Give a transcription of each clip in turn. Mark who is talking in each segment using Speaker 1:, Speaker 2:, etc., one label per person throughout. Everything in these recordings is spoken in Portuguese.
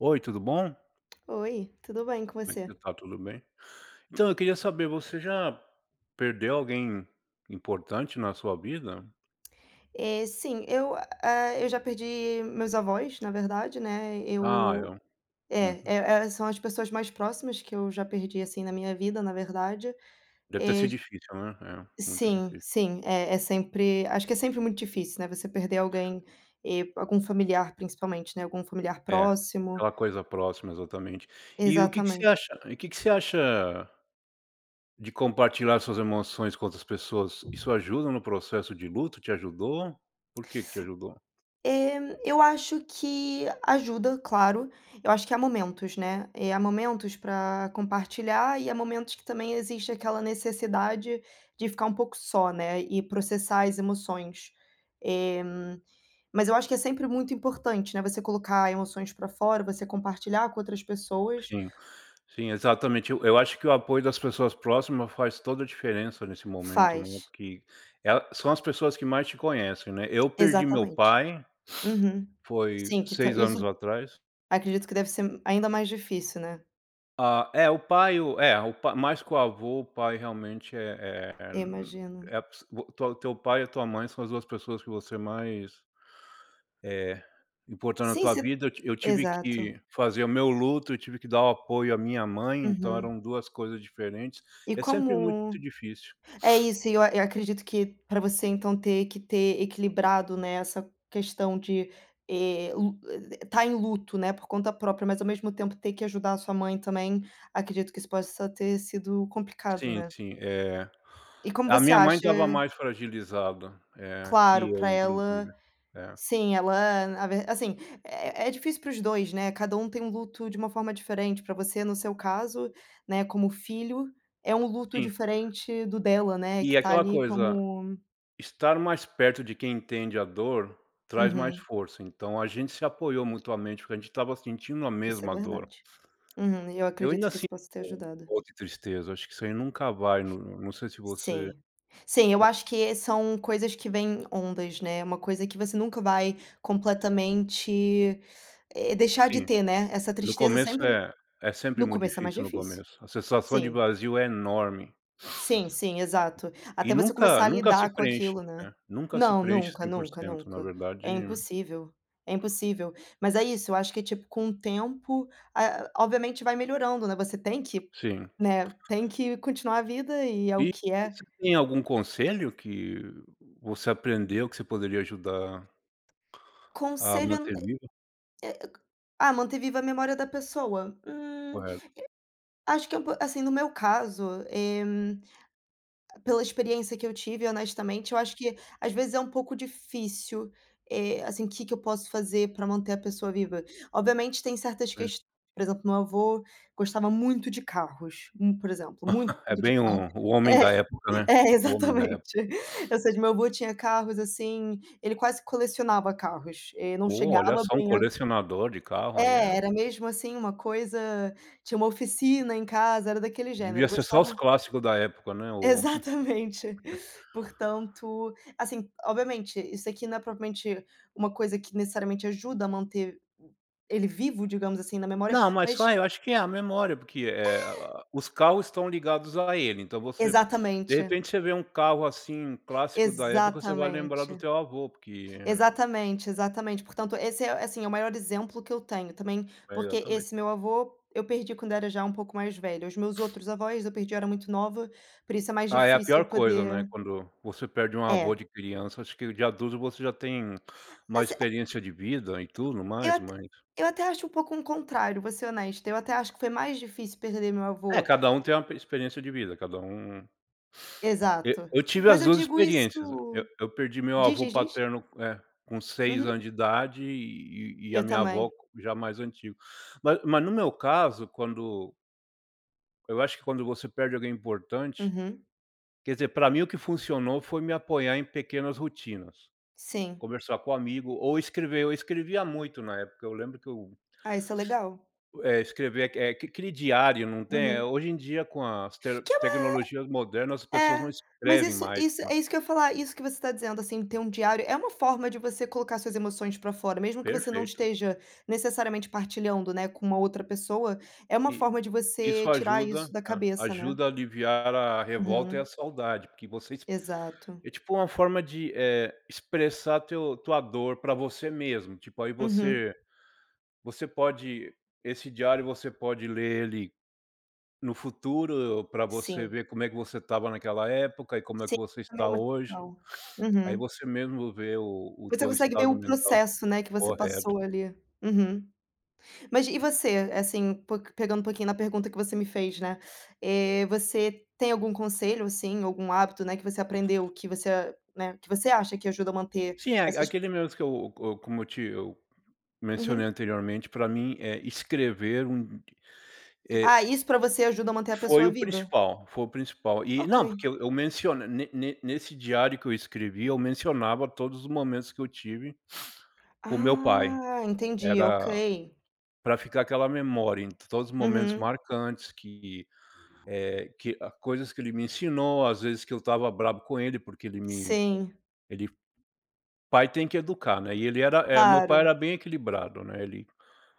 Speaker 1: Oi, tudo bom?
Speaker 2: Oi, tudo bem com
Speaker 1: Como é que você
Speaker 2: você?
Speaker 1: tá? Tudo bem? Então, eu queria saber, você já perdeu alguém importante na sua vida?
Speaker 2: Sim, eu já perdi meus avós, na verdade, né,
Speaker 1: Ah,
Speaker 2: eu
Speaker 1: é.
Speaker 2: é,
Speaker 1: Uhum.
Speaker 2: é é, são as pessoas mais próximas que eu já perdi, assim, na minha vida, na verdade.
Speaker 1: Deve ter
Speaker 2: Eh,
Speaker 1: sido difícil, né? É, muito
Speaker 2: sim,
Speaker 1: difícil.
Speaker 2: sim, é é sempre acho que é sempre muito difícil, né, você perder alguém, algum familiar principalmente, né, algum familiar
Speaker 1: É,
Speaker 2: próximo.
Speaker 1: aquela coisa próxima, exatamente. E o que que você
Speaker 2: Exatamente.
Speaker 1: acha e o que que você acha de compartilhar suas emoções com outras pessoas? Isso ajuda no processo de luto? Te ajudou? Por que que te ajudou?
Speaker 2: Eh, eu acho que ajuda, claro. Eu acho que há momentos, né. Há momentos para compartilhar e há momentos que também existe aquela necessidade de ficar um pouco só, né, e processar as emoções. Eh, mas eu acho que é sempre muito importante, né, você colocar emoções para fora, você compartilhar com outras pessoas.
Speaker 1: Sim, sim, exatamente. Eu acho que o apoio das pessoas próximas faz toda a diferença nesse momento, né,
Speaker 2: Faz.
Speaker 1: porque ela são as pessoas que mais te conhecem, né. Eu perdi meu
Speaker 2: Exatamente.
Speaker 1: pai,
Speaker 2: Uhum.
Speaker 1: foi
Speaker 2: Sim, que tá
Speaker 1: 6
Speaker 2: isso
Speaker 1: anos atrás.
Speaker 2: acredito que deve ser ainda mais difícil, né.
Speaker 1: Ah, é, o pai o é, o pa mais que o avô, o pai realmente é
Speaker 2: Eu imagino.
Speaker 1: é a pes o teu teu pai e a tua mãe são as 2 pessoas que você mais É, importante na
Speaker 2: Sim,
Speaker 1: tua
Speaker 2: se
Speaker 1: vida, eu tive
Speaker 2: exato.
Speaker 1: que fazer o meu luto, eu tive que dar o apoio à minha mãe, então
Speaker 2: Uhum.
Speaker 1: eram 2 coisas diferentes.
Speaker 2: E
Speaker 1: É sempre muito
Speaker 2: como
Speaker 1: difícil.
Speaker 2: É isso, e eu acredito que para você então ter que ter equilibrado, né, essa questão de, estar em luto, né, por conta própria, mas ao mesmo tempo ter que ajudar a sua mãe também, acredito que isso possa ter sido complicado,
Speaker 1: Sim,
Speaker 2: né.
Speaker 1: sim,
Speaker 2: E como
Speaker 1: a
Speaker 2: você
Speaker 1: minha mãe
Speaker 2: acha
Speaker 1: estava mais fragilizada,
Speaker 2: Claro,
Speaker 1: que
Speaker 2: para
Speaker 1: eu inclusive.
Speaker 2: ela
Speaker 1: É,
Speaker 2: sim, ela na ver assim, é difícil para os 2 né, cada um tem um luto de uma forma diferente, para você no seu caso, né, como filho, é um luto
Speaker 1: sim.
Speaker 2: diferente do dela, né,
Speaker 1: E
Speaker 2: que tá
Speaker 1: aquela
Speaker 2: ali
Speaker 1: coisa,
Speaker 2: como.
Speaker 1: estar mais perto de quem entende a dor, traz mais
Speaker 2: Uhum,
Speaker 1: força, então a gente se apoiou mutuamente, porque a gente estava sentindo a
Speaker 2: isso é
Speaker 1: mesma dor.
Speaker 2: verdade. Uhum, e eu
Speaker 1: Eu
Speaker 2: acredito
Speaker 1: ainda
Speaker 2: que isso
Speaker 1: sinto
Speaker 2: possa ter
Speaker 1: um
Speaker 2: ajudado.
Speaker 1: pouco de tristeza, acho que isso aí nunca vai, não sei se você.
Speaker 2: Sim. Sim, eu acho que são coisas que vêm em ondas, né, uma coisa que você nunca vai completamente, deixar de
Speaker 1: Sim,
Speaker 2: ter, né, essa
Speaker 1: no
Speaker 2: tristeza
Speaker 1: começo
Speaker 2: sempre
Speaker 1: é sempre
Speaker 2: no
Speaker 1: muito
Speaker 2: começo é mais
Speaker 1: difícil no
Speaker 2: difícil.
Speaker 1: começo, a sensação de
Speaker 2: Sim.
Speaker 1: vazio é enorme,
Speaker 2: Sim, sim, exato.
Speaker 1: e
Speaker 2: Até você
Speaker 1: nunca
Speaker 2: começar a
Speaker 1: nunca se
Speaker 2: lidar com
Speaker 1: preenche,
Speaker 2: aquilo, né.
Speaker 1: né, nunca se
Speaker 2: Não,
Speaker 1: preenche
Speaker 2: nunca, nunca,
Speaker 1: 100%, na
Speaker 2: nunca.
Speaker 1: verdade
Speaker 2: É impossível, é impossível. Mas é isso, eu acho que, tipo, com o tempo, obviamente vai melhorando, né, você tem que,
Speaker 1: sim.
Speaker 2: né, tem que continuar a vida e é o
Speaker 1: E
Speaker 2: que é.
Speaker 1: você tem algum conselho que você aprendeu que você poderia ajudar a
Speaker 2: Conselho,
Speaker 1: manter vivo?
Speaker 2: eh, manter viva a memória da pessoa?
Speaker 1: Correto,
Speaker 2: Acho que é um po assim, no meu caso, pela experiência que eu tive, honestamente, eu acho que às vezes é um pouco difícil, assim, o que que eu posso fazer para manter a pessoa viva. Obviamente tem certas
Speaker 1: é.
Speaker 2: questões, por exemplo, meu avô gostava muito de carros, por exemplo, muito,
Speaker 1: É
Speaker 2: muito de
Speaker 1: bem
Speaker 2: carro.
Speaker 1: o homem da época, né,
Speaker 2: É, é,
Speaker 1: o homem da
Speaker 2: exatamente.
Speaker 1: época.
Speaker 2: Ou seja, meu avô tinha carros, assim, ele quase colecionava carros, não
Speaker 1: Pô, olha
Speaker 2: chegava
Speaker 1: só, um
Speaker 2: bem a
Speaker 1: colecionador de carro aí é.
Speaker 2: era mesmo, assim, uma coisa tinha uma oficina em casa, era daquele
Speaker 1: Devia
Speaker 2: gênero,
Speaker 1: ser só os
Speaker 2: gostava.
Speaker 1: clássicos da época, né, o
Speaker 2: Exatamente. Portanto, assim, obviamente, isso aqui não é propriamente uma coisa que necessariamente ajuda a manter ele vivo, digamos assim, na memória,
Speaker 1: não, mas
Speaker 2: mas
Speaker 1: só eu acho que é a memória, porque, a os carros estão ligados a ele, então você de
Speaker 2: exatamente,
Speaker 1: repente você vê um carro, assim, clássico da época, você vai lembrar do
Speaker 2: exatamente,
Speaker 1: teu avô, porque
Speaker 2: exatamente, exatamente. Portanto, esse é, assim, é o maior exemplo que eu tenho também,
Speaker 1: é,
Speaker 2: porque esse
Speaker 1: exatamente.
Speaker 2: meu avô eu perdi quando era já um pouco mais velho. Os meus outros avós eu perdi eu era muito nova, por isso é mais
Speaker 1: Ah, é a pior
Speaker 2: difícil
Speaker 1: coisa, né,
Speaker 2: poder.
Speaker 1: quando você perde um avô
Speaker 2: É.
Speaker 1: de criança, acho que de adulto você já tem uma
Speaker 2: Assim,
Speaker 1: experiência de vida e tudo
Speaker 2: Eu
Speaker 1: mais,
Speaker 2: até
Speaker 1: mas
Speaker 2: eu até acho um pouco um contrário, vou ser honesta, eu até acho que foi mais difícil perder meu
Speaker 1: é,
Speaker 2: avô
Speaker 1: cada um tem uma experiência de vida, cada um. Eu
Speaker 2: exato.
Speaker 1: eu tive
Speaker 2: Mas
Speaker 1: as
Speaker 2: eu
Speaker 1: 2
Speaker 2: digo
Speaker 1: experiências. Eu
Speaker 2: isso
Speaker 1: eu perdi meu
Speaker 2: diz,
Speaker 1: avô
Speaker 2: diz, diz.
Speaker 1: paterno com seis
Speaker 2: Uhum.
Speaker 1: anos de idade e a
Speaker 2: Eu
Speaker 1: minha avó
Speaker 2: também.
Speaker 1: já mais antigo. Mas no meu caso, quando eu acho que quando você perde alguém importante
Speaker 2: Uhum.
Speaker 1: quer dizer, para mim o que funcionou foi me apoiar em pequenas rotinas.
Speaker 2: Sim.
Speaker 1: Conversar com amigo ou escrever. Eu escrevia muito na época. Eu lembro que eu,
Speaker 2: Ah, isso é legal.
Speaker 1: escrever é que aquele diário, não tem? É.
Speaker 2: Uhum.
Speaker 1: Hoje em dia, com as te
Speaker 2: Que é uma
Speaker 1: tecnologias modernas, as pessoas não
Speaker 2: é, Mas
Speaker 1: escrevem
Speaker 2: isso
Speaker 1: mais.
Speaker 2: isso
Speaker 1: Ma
Speaker 2: é isso que eu ia falar, isso que você está dizendo, assim, ter um diário é uma forma de você colocar suas emoções para fora, mesmo que você não
Speaker 1: Perfeito.
Speaker 2: esteja necessariamente partilhando, né, com uma outra pessoa, é uma
Speaker 1: E
Speaker 2: forma de você
Speaker 1: isso
Speaker 2: tirar
Speaker 1: ajuda
Speaker 2: isso da
Speaker 1: é,
Speaker 2: cabeça, né.
Speaker 1: ajuda a aliviar a revolta e a
Speaker 2: Uhum.
Speaker 1: saudade, porque você ex
Speaker 2: Exato.
Speaker 1: é tipo uma forma de, expressar teu tua dor para você mesmo, tipo, aí
Speaker 2: Uhum.
Speaker 1: você você pode esse diário você pode ler ele no futuro para você
Speaker 2: Sim,
Speaker 1: ver como é que você estava naquela época e como é que
Speaker 2: sim,
Speaker 1: você
Speaker 2: também é
Speaker 1: está
Speaker 2: muito
Speaker 1: hoje.
Speaker 2: legal.
Speaker 1: Aí
Speaker 2: Uhum.
Speaker 1: você mesmo vê o
Speaker 2: Você
Speaker 1: teu
Speaker 2: consegue ver
Speaker 1: estado
Speaker 2: o
Speaker 1: mental
Speaker 2: processo, né, que você
Speaker 1: correto.
Speaker 2: passou ali. Uhum. Mas e você, assim, po pegando um pouquinho na pergunta que você me fez, né, você tem algum conselho, assim, algum hábito, né, que você aprendeu que você, né, que você acha que ajuda a manter
Speaker 1: Sim, é
Speaker 2: essas.
Speaker 1: aquele mesmo que eu como eu te eu mencionei
Speaker 2: Uhum.
Speaker 1: anteriormente, para mim, escrever eh,
Speaker 2: Ah, isso pra você ajuda a manter a
Speaker 1: foi
Speaker 2: pessoa
Speaker 1: o
Speaker 2: viva?
Speaker 1: principal, foi o principal. E
Speaker 2: Ok.
Speaker 1: não, porque eu menciona ne ne nesse diário que eu escrevi, eu mencionava todos os momentos que eu tive com meu pai.
Speaker 2: Ah, entendi, ok.
Speaker 1: Era para ficar aquela memória em todos os momentos
Speaker 2: Uhum.
Speaker 1: marcantes que, eh, que a coisas que ele me ensinou, às vezes que eu estava bravo com ele, porque ele me
Speaker 2: Sim,
Speaker 1: ele pai tem que educar, né, e ele era meu pai era
Speaker 2: claro.
Speaker 1: bem equilibrado, né, ele.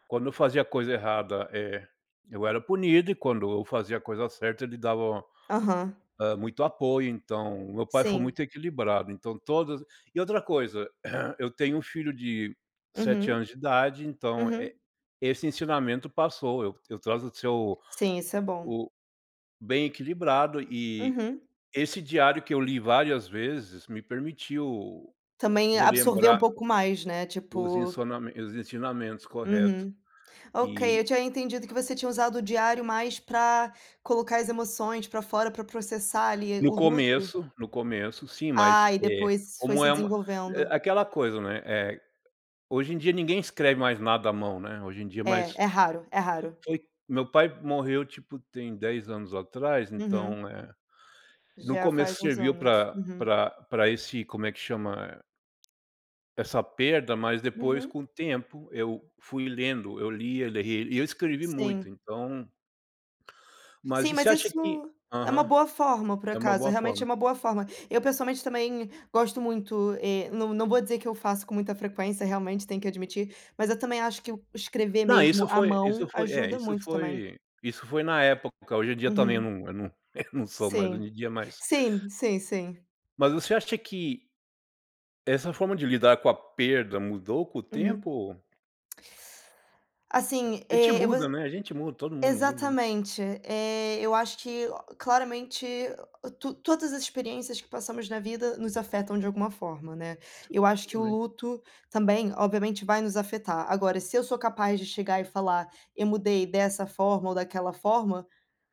Speaker 1: Quando eu fazia coisa errada, eu era punido e quando eu fazia a coisa certa ele dava,
Speaker 2: Aham.
Speaker 1: muito apoio, então meu pai foi
Speaker 2: Sim.
Speaker 1: muito equilibrado, então todas e outra coisa, eu tenho um filho de sete
Speaker 2: Uhum,
Speaker 1: anos de idade, então,
Speaker 2: uhum.
Speaker 1: esse ensinamento passou, eu trato de ser o
Speaker 2: Sim, isso é bom.
Speaker 1: o bem equilibrado e
Speaker 2: Uhum.
Speaker 1: esse diário que eu li várias vezes me permitiu
Speaker 2: Também absorver um
Speaker 1: relembrar
Speaker 2: pouco mais, né,
Speaker 1: os
Speaker 2: tipo.
Speaker 1: ensiname os ensinamentos, correto.
Speaker 2: Uhum. Ok, eu
Speaker 1: E
Speaker 2: tinha entendido que você tinha usado o diário mais pra colocar as emoções pra fora, pra processar ali
Speaker 1: no
Speaker 2: o luto.
Speaker 1: começo, no começo, sim, mas,
Speaker 2: Ah, e depois foi
Speaker 1: como
Speaker 2: se
Speaker 1: é uma é
Speaker 2: desenvolvendo.
Speaker 1: aquela coisa, né, hoje em dia ninguém escreve mais nada à mão, né, hoje em dia,
Speaker 2: É,
Speaker 1: mas
Speaker 2: é raro, é raro.
Speaker 1: foi meu pai morreu, tipo, tem 10 anos atrás,
Speaker 2: Uhum.
Speaker 1: então, no
Speaker 2: Já
Speaker 1: começo
Speaker 2: faz uns
Speaker 1: serviu
Speaker 2: anos.
Speaker 1: para
Speaker 2: Uhum.
Speaker 1: pra esse como é que chama? Essa perda, mas depois
Speaker 2: Uhum.
Speaker 1: com o tempo eu fui lendo, eu lia e eu escrevi muito,
Speaker 2: Sim.
Speaker 1: então. Mas
Speaker 2: Sim,
Speaker 1: e você
Speaker 2: mas
Speaker 1: acha
Speaker 2: isso
Speaker 1: que
Speaker 2: é uma
Speaker 1: aham,
Speaker 2: boa forma, por
Speaker 1: é uma
Speaker 2: acaso,
Speaker 1: boa
Speaker 2: realmente
Speaker 1: forma.
Speaker 2: é uma boa forma. Eu pessoalmente também gosto muito, não vou dizer que eu faço com muita frequência, realmente tenho que admitir, mas eu também acho que o escrever
Speaker 1: Não,
Speaker 2: mesmo à
Speaker 1: isso
Speaker 2: mão
Speaker 1: foi é,
Speaker 2: ajuda muito também.
Speaker 1: isso foi na época, hoje em dia também eu
Speaker 2: Uhum.
Speaker 1: não eu não eu não sou mais hoje
Speaker 2: Sim.
Speaker 1: em dia, é mais.
Speaker 2: Sim, sim, sim.
Speaker 1: Mas você acha que essa forma de lidar com a perda mudou com o
Speaker 2: Uhum.
Speaker 1: tempo?
Speaker 2: Assim,
Speaker 1: A gente
Speaker 2: eu vou.
Speaker 1: muda, né, a gente muda, todo mundo muda, né.
Speaker 2: Exatamente. Eu acho que claramente to todas as experiências que passamos na vida nos afetam de alguma forma, né.
Speaker 1: Sim,
Speaker 2: Eu acho que o
Speaker 1: exatamente.
Speaker 2: luto também, obviamente, vai nos afetar. Agora, se eu sou capaz de chegar e falar: "Eu mudei dessa forma ou daquela forma",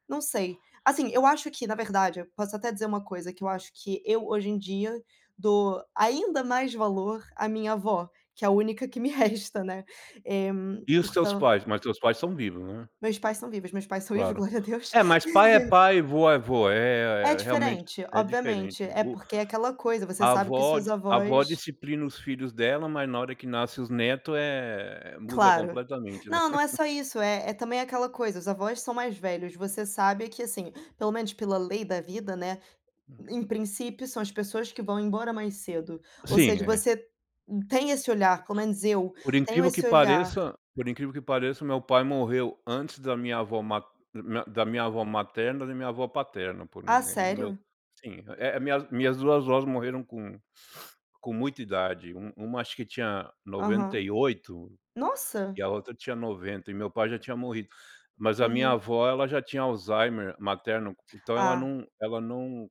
Speaker 2: não sei. Assim, eu acho que, na verdade, eu posso até dizer uma coisa, que eu acho que eu, hoje em dia, dou ainda mais valor à minha avó, que é a única que me resta, né.
Speaker 1: E
Speaker 2: Portanto,
Speaker 1: os teus pais? Mas teus pais são vivos, né,
Speaker 2: meus pais são vivos, meus pais são vivos,
Speaker 1: claro.
Speaker 2: glória a Deus.
Speaker 1: É, mas pai é pai, vô é vô,
Speaker 2: É
Speaker 1: é realmente
Speaker 2: diferente,
Speaker 1: é
Speaker 2: obviamente,
Speaker 1: diferente, né.
Speaker 2: é
Speaker 1: O
Speaker 2: porque é aquela coisa, você
Speaker 1: a
Speaker 2: sabe que os
Speaker 1: avó
Speaker 2: seus
Speaker 1: a avó
Speaker 2: avós.
Speaker 1: disciplina os filhos dela, mas na hora que nasce os netos é muda
Speaker 2: Claro.
Speaker 1: completamente, né.
Speaker 2: Não, não é só isso, é é também aquela coisa, os avós são mais velhos, você sabe que, assim, pelo menos pela lei da vida, né, em princípio são as pessoas que vão embora mais cedo, ou
Speaker 1: Sim,
Speaker 2: seja,
Speaker 1: é.
Speaker 2: você tem esse olhar, pelo menos eu
Speaker 1: Por
Speaker 2: tenho
Speaker 1: incrível que
Speaker 2: esse olhar.
Speaker 1: pareça por incrível que pareça, meu pai morreu antes da minha avó materna, e da minha avó paterna, por um
Speaker 2: Ah,
Speaker 1: eh, no meu
Speaker 2: sério?
Speaker 1: sim, é, minhas 2 avós morreram com muita idade, uma acho que tinha noventa
Speaker 2: Aham.
Speaker 1: e oito
Speaker 2: Nossa!
Speaker 1: e a outra tinha 90 e meu pai já tinha morrido. Mas a minha
Speaker 2: Uhum.
Speaker 1: avó, ela já tinha Alzheimer materno, então ela
Speaker 2: Ah,
Speaker 1: não ela não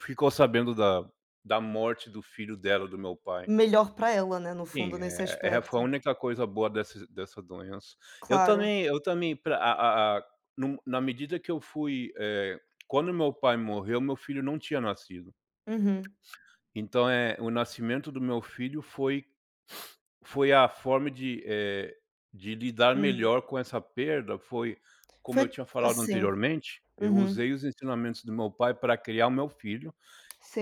Speaker 1: ficou sabendo da morte do filho dela, do meu pai.
Speaker 2: melhor pra ela, né, no fundo,
Speaker 1: Sim,
Speaker 2: nesse
Speaker 1: é, foi a
Speaker 2: aspecto.
Speaker 1: única coisa boa dessa doença. Eu
Speaker 2: Claro.
Speaker 1: também eu também pra a num na medida que eu fui, quando meu pai morreu, meu filho não tinha nascido.
Speaker 2: Uhum,
Speaker 1: Então, o nascimento do meu filho foi a forma de lidar
Speaker 2: hum.
Speaker 1: melhor com essa perda, foi como eu
Speaker 2: Foi
Speaker 1: tinha falado
Speaker 2: assim.
Speaker 1: anteriormente, eu
Speaker 2: Uhum,
Speaker 1: usei os ensinamentos do meu pai para criar o meu filho.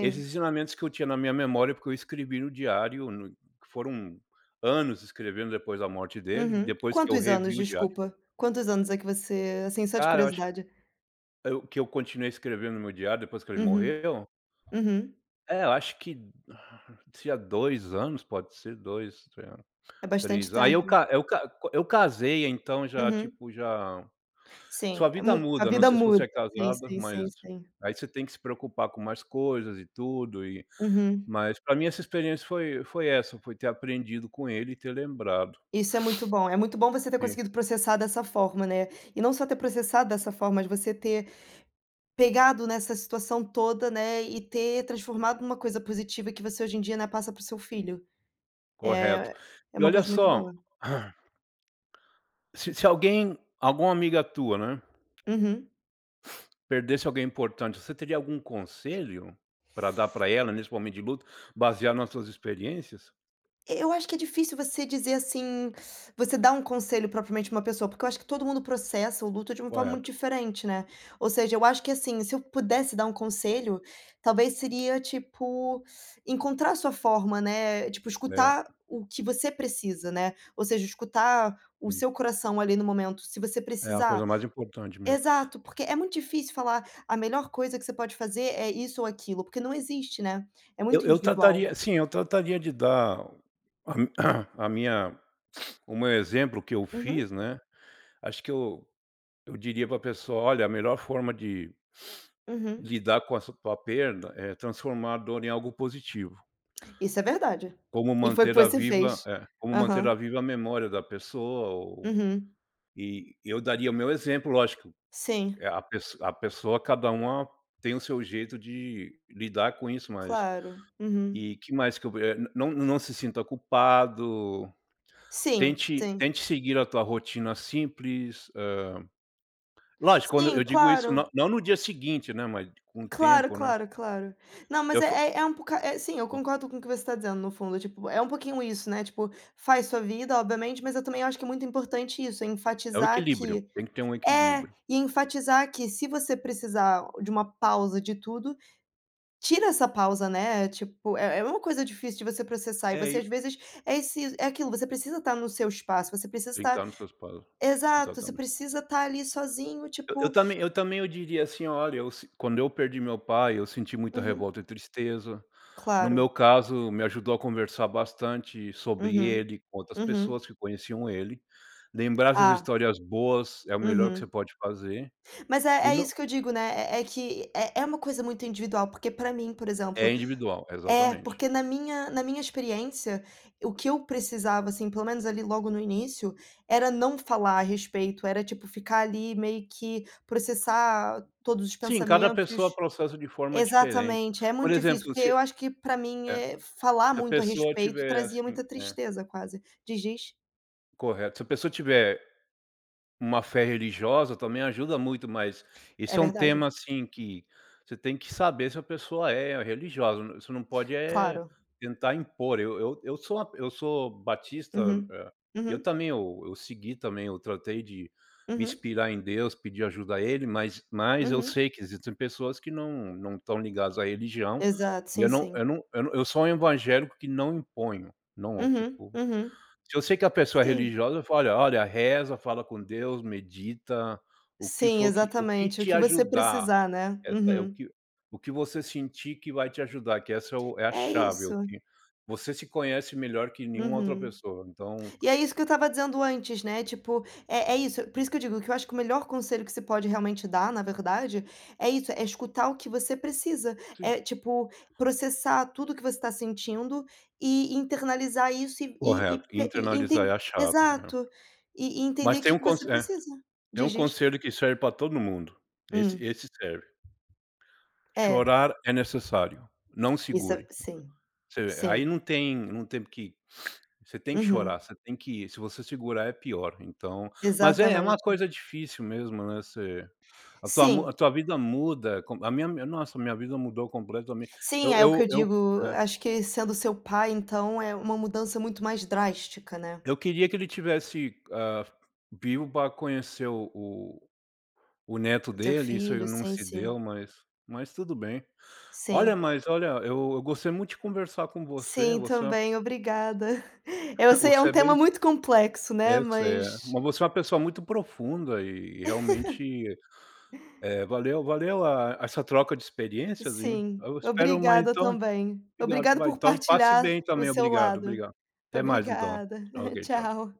Speaker 1: Esses ensinamentos que eu tinha na minha memória, porque eu escrevi no diário, no foram anos escrevendo depois da morte dele, e
Speaker 2: uhum.
Speaker 1: depois que eu
Speaker 2: Quantos anos,
Speaker 1: revi o diário.
Speaker 2: desculpa? Quantos anos é que você assim, só de
Speaker 1: Cara, eu acho que
Speaker 2: curiosidade?
Speaker 1: eu continuei escrevendo no meu diário depois que ele
Speaker 2: Uhum,
Speaker 1: morreu,
Speaker 2: uhum.
Speaker 1: é, eu acho que tinha 2 anos, pode ser 2,
Speaker 2: É bastante
Speaker 1: 3. Aí eu
Speaker 2: tempo.
Speaker 1: ca eu ca eu casei, então já,
Speaker 2: Uhum.
Speaker 1: tipo, já sua
Speaker 2: Sim, é
Speaker 1: vida
Speaker 2: mu a
Speaker 1: muda, não
Speaker 2: vida
Speaker 1: sei se
Speaker 2: muda.
Speaker 1: você é
Speaker 2: Sim,
Speaker 1: casada,
Speaker 2: sim,
Speaker 1: mas
Speaker 2: sim, sim.
Speaker 1: aí você tem que se preocupar com mais coisas e tudo, e.
Speaker 2: Uhum.
Speaker 1: Mas para mim essa experiência foi essa, foi ter aprendido com ele e ter lembrado.
Speaker 2: Isso é muito bom. É muito bom você ter
Speaker 1: Sim,
Speaker 2: conseguido processar dessa forma, né. E não só ter processado dessa forma, mas você ter pegado nessa situação toda, né, e ter transformado numa coisa positiva que você hoje em dia, né, passa para o seu filho.
Speaker 1: correto.
Speaker 2: É é
Speaker 1: E
Speaker 2: uma
Speaker 1: olha
Speaker 2: coisa muito
Speaker 1: só,
Speaker 2: boa.
Speaker 1: se alguém alguma amiga tua, né,
Speaker 2: Uhum.
Speaker 1: perdesse alguém importante, você teria algum conselho para dar para ela nesse momento de luto, baseado nas suas experiências?
Speaker 2: Eu acho que é difícil você dizer assim, você dar um conselho propriamente pra uma pessoa, porque eu acho que todo mundo processa o luto de uma forma muito
Speaker 1: Correto.
Speaker 2: diferente, né. Ou seja, eu acho que assim, se eu pudesse dar um conselho, talvez seria tipo, encontrar a sua forma, né, tipo
Speaker 1: É,
Speaker 2: escutar o que você precisa, né. Ou seja, escutar o
Speaker 1: sim.
Speaker 2: seu coração ali no momento, se você
Speaker 1: É a coisa
Speaker 2: precisar.
Speaker 1: mais importante mesmo.
Speaker 2: Exato, porque é muito difícil falar: "A melhor coisa que você pode fazer é isso ou aquilo", porque não existe, né. É
Speaker 1: Eu
Speaker 2: muito
Speaker 1: eu
Speaker 2: individual.
Speaker 1: trataria, sim, eu trataria de dar a mi a minha o meu exemplo que eu
Speaker 2: Uhum,
Speaker 1: fiz, né, acho que eu diria pra pessoa: "Olha, a melhor forma de
Speaker 2: uhum.
Speaker 1: lidar com essa tua perda, transformar a dor em algo positivo,
Speaker 2: Isso é verdade. E foi o que você fez.
Speaker 1: como manter a
Speaker 2: Aham.
Speaker 1: viva a memória da pessoa ou
Speaker 2: Uhum.
Speaker 1: e eu daria o meu exemplo, lógico,
Speaker 2: Sim,
Speaker 1: a pessoa cada uma tem o seu jeito de lidar com isso, mas
Speaker 2: claro. Uhum.
Speaker 1: e que mais que eu, não se sinta culpado,
Speaker 2: Sim,
Speaker 1: tente
Speaker 2: sim.
Speaker 1: tente seguir a tua rotina simples, lógico, quando eu
Speaker 2: Sim,
Speaker 1: digo isso não
Speaker 2: claro.
Speaker 1: não no dia seguinte, né, mas com o
Speaker 2: Claro,
Speaker 1: tempo, né.
Speaker 2: claro, claro. Não, mas
Speaker 1: Eu fa
Speaker 2: é é é um boca é sim, eu concordo com o que você está dizendo no fundo, tipo, é um pouquinho isso, né, tipo, faz sua vida, obviamente, mas eu também acho que é muito importante isso, é
Speaker 1: é o
Speaker 2: enfatizar
Speaker 1: equilíbrio,
Speaker 2: que
Speaker 1: tem que ter um
Speaker 2: é,
Speaker 1: equilíbrio.
Speaker 2: e enfatizar que se você precisar de uma pausa de tudo, tira essa pausa, né, tipo, é é uma coisa difícil de você processar e
Speaker 1: É,
Speaker 2: você às
Speaker 1: e
Speaker 2: vezes é esse é aquilo, você precisa estar no seu espaço, você precisa
Speaker 1: tem que
Speaker 2: estar
Speaker 1: estar nos seus pais.
Speaker 2: exato, você
Speaker 1: Exatamente.
Speaker 2: precisa estar ali sozinho,
Speaker 1: Eu eu
Speaker 2: tipo.
Speaker 1: também eu também eu diria assim: "Olha, eu si quando eu perdi meu pai, eu senti muita
Speaker 2: Uhum,
Speaker 1: revolta e tristeza. No
Speaker 2: claro.
Speaker 1: meu caso, me ajudou a conversar bastante sobre
Speaker 2: Uhum,
Speaker 1: ele com outras
Speaker 2: uhum.
Speaker 1: pessoas que conheciam ele. Lembrar essas
Speaker 2: Ah,
Speaker 1: histórias boas é o melhor que você
Speaker 2: uhum.
Speaker 1: pode fazer
Speaker 2: Mas é
Speaker 1: e
Speaker 2: é
Speaker 1: não".
Speaker 2: isso que eu digo, né, é é que é é uma coisa muito individual, porque pra mim, por
Speaker 1: É
Speaker 2: exemplo.
Speaker 1: individual,
Speaker 2: É,
Speaker 1: exatamente.
Speaker 2: porque na minha experiência, o que eu precisava, assim, pelo menos ali logo no início, era não falar a respeito, era, tipo, ficar ali meio que processar todos os
Speaker 1: Sim, cada
Speaker 2: pensamentos.
Speaker 1: pessoa processa de forma diferente.
Speaker 2: Exatamente, é
Speaker 1: Por
Speaker 2: muito difícil,
Speaker 1: exemplo,
Speaker 2: porque eu acho que pra mim,
Speaker 1: é,
Speaker 2: é falar
Speaker 1: se a
Speaker 2: muito a
Speaker 1: pessoa
Speaker 2: respeito
Speaker 1: tiver
Speaker 2: trazia
Speaker 1: assim
Speaker 2: muita
Speaker 1: é,
Speaker 2: tristeza quase. Diz, diz.
Speaker 1: correto. Se a pessoa tiver uma fé religiosa também ajuda muito, mas
Speaker 2: É
Speaker 1: esse é um
Speaker 2: verdade,
Speaker 1: tema, assim, que você tem que saber se a pessoa é religiosa, você não pode
Speaker 2: claro.
Speaker 1: tentar impor. Eu sou batista,
Speaker 2: Uhum.
Speaker 1: eu
Speaker 2: Uhum,
Speaker 1: também eu segui também, eu tratei de me
Speaker 2: uhum,
Speaker 1: inspirar em Deus, pedir ajuda a ele, mas eu
Speaker 2: uhum.
Speaker 1: sei que existem pessoas que não estão ligadas à religião,
Speaker 2: Exato,
Speaker 1: e
Speaker 2: sim,
Speaker 1: eu não,
Speaker 2: sim.
Speaker 1: eu não, eu não, eu sou um evangélico que não imponho, não,
Speaker 2: Uhum,
Speaker 1: tipo,
Speaker 2: uhum.
Speaker 1: se eu sei que a pessoa é
Speaker 2: Sim.
Speaker 1: religiosa, eu falo: "Olha, reza, fala com Deus, medita, o que
Speaker 2: Sim,
Speaker 1: for, que o que
Speaker 2: exatamente, o
Speaker 1: te
Speaker 2: que você
Speaker 1: ajudar,
Speaker 2: precisar, né.
Speaker 1: essa é o
Speaker 2: Uhum.
Speaker 1: que o que você sentir que vai te ajudar, que essa é o é a
Speaker 2: É
Speaker 1: chave,
Speaker 2: isso.
Speaker 1: o que você se conhece melhor que nenhuma outra
Speaker 2: Uhum.
Speaker 1: pessoa, então".
Speaker 2: E é isso que eu estava dizendo antes, né, tipo, é isso, por isso que eu digo que eu acho que o melhor conselho que se pode realmente dar, na verdade, é isso, é escutar o que você precisa,
Speaker 1: Sim.
Speaker 2: é, tipo, processar tudo o que você está sentindo e internalizar isso e
Speaker 1: Correto,
Speaker 2: pe e
Speaker 1: internalizar é
Speaker 2: enten
Speaker 1: a chave, é.
Speaker 2: exato. E entender
Speaker 1: Mas
Speaker 2: o
Speaker 1: tem
Speaker 2: que
Speaker 1: um
Speaker 2: que você
Speaker 1: conse, é,
Speaker 2: precisa.
Speaker 1: tem um
Speaker 2: Diz, diz.
Speaker 1: conselho que serve para todo mundo, esse
Speaker 2: Hum.
Speaker 1: esse serve:
Speaker 2: É,
Speaker 1: "Chorar é necessário, não
Speaker 2: isso é
Speaker 1: segure".
Speaker 2: sim,
Speaker 1: Você aí
Speaker 2: sim.
Speaker 1: não tem que. Você tem que
Speaker 2: Uhum.
Speaker 1: chorar, você tem que ir. Se você segurar é pior, então mas é uma
Speaker 2: Exatamente.
Speaker 1: coisa difícil mesmo, né, você
Speaker 2: Sim.
Speaker 1: a tua vida muda, com a minha, nossa, minha vida mudou completamente.
Speaker 2: Sim,
Speaker 1: Eu
Speaker 2: é o que
Speaker 1: eu
Speaker 2: eu
Speaker 1: eu
Speaker 2: digo,
Speaker 1: é,
Speaker 2: acho que sendo seu pai, então, é uma mudança muito mais drástica, né.
Speaker 1: eu queria que ele tivesse, vivo para conhecer o neto
Speaker 2: O seu
Speaker 1: dele, isso aí
Speaker 2: filho,
Speaker 1: não
Speaker 2: sim,
Speaker 1: se deu,
Speaker 2: sim.
Speaker 1: mas tudo bem. Olha,
Speaker 2: Sim.
Speaker 1: mas olha, eu gostei muito de conversar com você,
Speaker 2: Sim,
Speaker 1: você é uma
Speaker 2: também, obrigada. Eu sei, é
Speaker 1: você
Speaker 2: um
Speaker 1: é
Speaker 2: tema
Speaker 1: bem,
Speaker 2: muito complexo,
Speaker 1: é,
Speaker 2: né,
Speaker 1: você é,
Speaker 2: mas
Speaker 1: mas você é uma pessoa muito profunda e realmente. É, valeu a essa troca de experiências e
Speaker 2: sim,
Speaker 1: eu espero mais
Speaker 2: obrigada
Speaker 1: então,
Speaker 2: também.
Speaker 1: obrigado,
Speaker 2: Obrigada
Speaker 1: vai,
Speaker 2: por
Speaker 1: então passe
Speaker 2: partilhar
Speaker 1: bem
Speaker 2: o
Speaker 1: também,
Speaker 2: seu
Speaker 1: obrigado,
Speaker 2: lado.
Speaker 1: obrigado. Até mais então.
Speaker 2: Obrigada.
Speaker 1: Ok, tchau, tchau.
Speaker 2: Tchau.